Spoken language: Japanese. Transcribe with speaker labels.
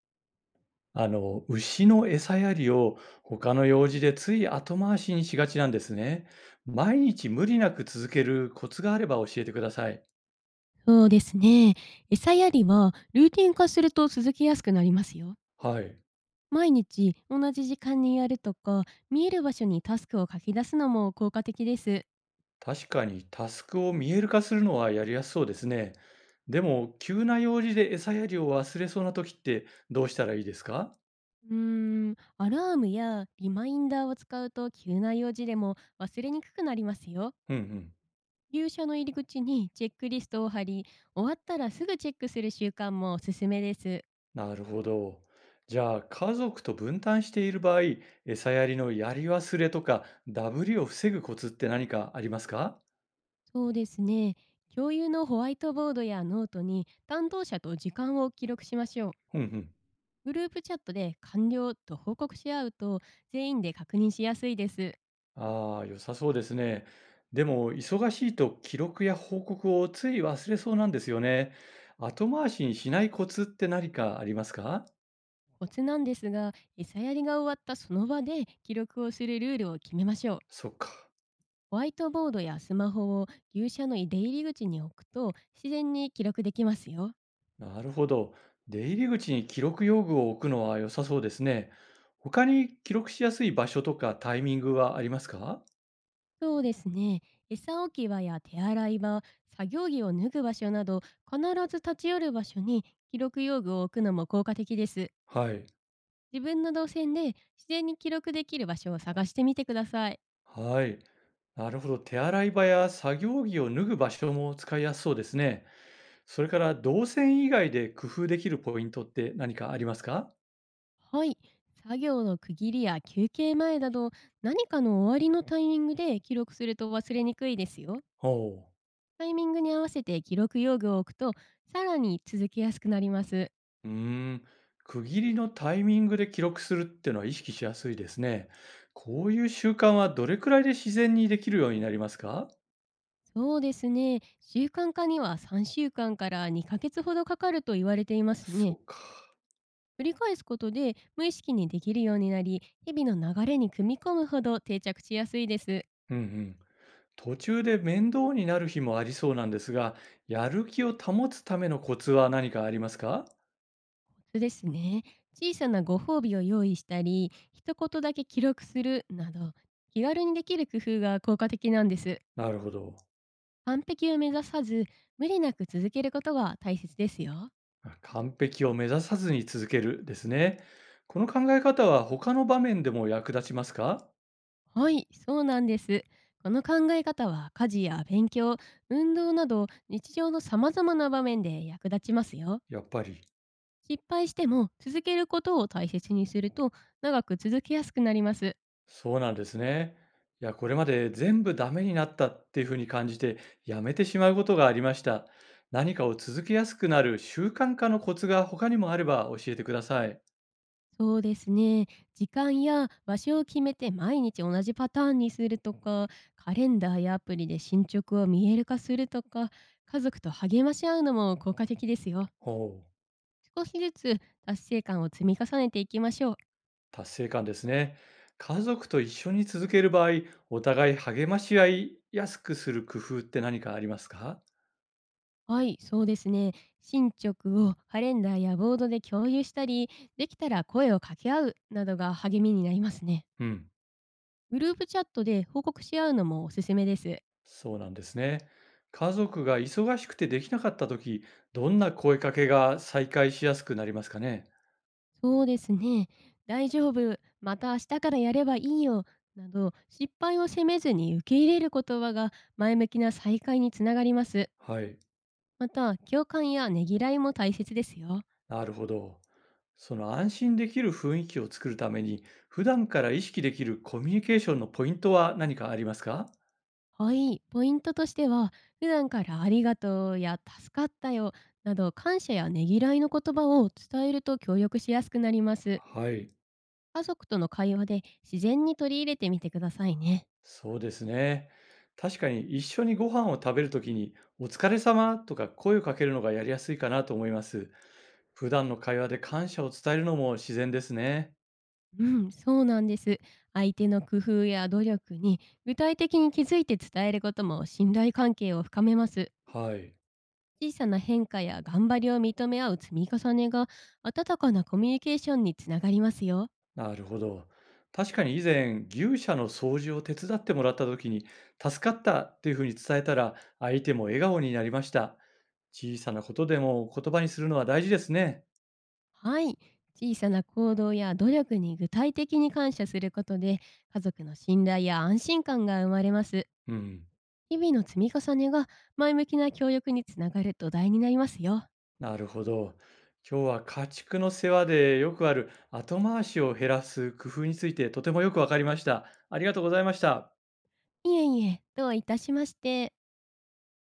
Speaker 1: 牛の餌やりを他の用事でつい後回しにしがちなんですね。毎日無理なく続けるコツがあれば教えてください。
Speaker 2: そうですね。餌やりはルーティン化すると続きやすくなりますよ。
Speaker 1: はい。
Speaker 2: 毎日同じ時間にやるとか、見える場所にタスクを書き出すのも効果的です。
Speaker 1: 確かにタスクを見える化するのはやりやすそうですね。でも、急な用事で餌やりを忘れそうな時ってどうしたらいいですか？
Speaker 2: うーアラームやリマインダーを使うと急な用事でも忘れにくくなりますよ。
Speaker 1: うんうん。
Speaker 2: 入社の入り口にチェックリストを貼り、終わったらすぐチェックする習慣もおすすめです。
Speaker 1: なるほど。じゃあ、家族と分担している場合、餌やりのやり忘れとか、ダブりを防ぐコツって何かありますか？
Speaker 2: そうですね。共有のホワイトボードやノートに担当者と時間を記録しましょう。
Speaker 1: うんうん。
Speaker 2: グループチャットで完了と報告し合うと、全員で確認しやすいです。
Speaker 1: ああ、良さそうですね。でも、忙しいと記録や報告をつい忘れそうなんですよね。後回しにしないコツって何かありますか？
Speaker 2: コツなんですが、餌やりが終わったその場で記録をするルールを決めましょう。
Speaker 1: そっか。
Speaker 2: ホワイトボードやスマホを牛舎の出入り口に置くと、自然に記録できますよ。
Speaker 1: なるほど。出入り口に記録用具を置くのは良さそうですね。他に記録しやすい場所とかタイミングはありますか？
Speaker 2: そうですね。餌置き場や手洗い場、作業着を脱ぐ場所など、必ず立ち寄る場所に記録用具を置くのも効果的です。
Speaker 1: はい。
Speaker 2: 自分の動線で自然に記録できる場所を探してみてください。
Speaker 1: はい。なるほど。手洗い場や作業着を脱ぐ場所も使いやすそうですね。それから、動線以外で工夫できるポイントって何かありますか？
Speaker 2: はい。作業の区切りや休憩前など、何かの終わりのタイミングで記録すると忘れにくいですよ。
Speaker 1: ほ
Speaker 2: タイミングに合わせて記録用具を置くと、さらに続けやすくなります。
Speaker 1: う。うーん。区切りのタイミングで記録するってのは意識しやすいですね。こういう習慣はどれくらいで自然にできるようになりますか？
Speaker 2: そうですね。習慣化には3週間かんから2ヶ月ほどかかると言われています
Speaker 1: そ
Speaker 2: ね。
Speaker 1: うか。
Speaker 2: 繰り返すことで無意識にできるようになり、日々の流れに組み込むほど定着しやすいです。
Speaker 1: うんうん。途中で面倒になる日もありそうなんですが、やる気を保つためのコツは何かありますか？
Speaker 2: そうですね。小さなご褒美を用意したり、一言だけ記録するなど、気軽にできる工夫が効果的なんです。
Speaker 1: なるほど。
Speaker 2: 完璧を目指さず、無理なく続けることが大切ですよ。
Speaker 1: 完璧を目指さずに続けるですね。この考え方は他の場面でも役立ちますか？
Speaker 2: はい、そうなんです。この考え方は家事や勉強、運動など、日常の様々な場面で役立ちますよ。
Speaker 1: やっぱり。
Speaker 2: 失敗しても続けることを大切にすると、長く続けやすくなります。
Speaker 1: そうなんですね。いや、これまで全部ダメになったっていうふうに感じて、やめてしまうことがありました。何かを続けやすくなる習慣化のコツが他にもあれば教えてください。
Speaker 2: そうですね。時間や場所を決めて毎日同じパターンにするとか、カレンダーやアプリで進捗を見える化するとか、家族と励まし合うのも効果的ですよ。
Speaker 1: ほう。
Speaker 2: 少しずつ達成感を積み重ねていきましょう。
Speaker 1: 達成感ですね。家族と一緒に続ける場合、お互い励まし合いやすくする工夫って何かありますか？
Speaker 2: はい、そうですね。進捗をカレンダーやボードで共有したり、できたら声を掛け合うなどが励みになりますね。
Speaker 1: うん。
Speaker 2: グループチャットで報告し合うのもおすすめです。
Speaker 1: そうなんですね。家族が忙しくてできなかったとき、どんな声かけが再開しやすくなりますかね？
Speaker 2: そうですね。大丈夫、また明日からやればいいよ、など失敗を責めずに受け入れる言葉が、前向きな再会につながります。
Speaker 1: はい。
Speaker 2: また、共感やねぎらいも大切ですよ。
Speaker 1: なるほど。その安心できる雰囲気を作るために、普段から意識できるコミュニケーションのポイントは何かありますか？
Speaker 2: はい、ポイントとしては、普段からありがとうや助かったよなど、感謝やねぎらいの言葉を伝えると協力しやすくなります。
Speaker 1: はい。
Speaker 2: 家族との会話で自然に取り入れてみてくださいね。
Speaker 1: そうですね。確かに一緒にご飯を食べるときに、お疲れ様とか声をかけるのがやりやすいかなと思います。普段の会話で感謝を伝えるのも自然ですね。
Speaker 2: うん、そうなんです。相手の工夫や努力に具体的に気づいて伝えることも、信頼関係を深めます。
Speaker 1: はい。
Speaker 2: 小さな変化や頑張りを認め合う積み重ねが、温かなコミュニケーションにつながりますよ。
Speaker 1: なるほど。確かに以前、牛舎の掃除を手伝ってもらった時に、助かったっていうふうに伝えたら、相手も笑顔になりました。小さなことでも言葉にするのは大事ですね。
Speaker 2: はい。小さな行動や努力に具体的に感謝することで、家族の信頼や安心感が生まれます。
Speaker 1: うん。
Speaker 2: 日々の積み重ねが、前向きな協力につながる土台になりますよ。
Speaker 1: なるほど。今日は家畜の世話でよくある後回しを減らす工夫についてとてもよくわかりました。ありがとうございました。
Speaker 2: いえいえ、どういたしまして。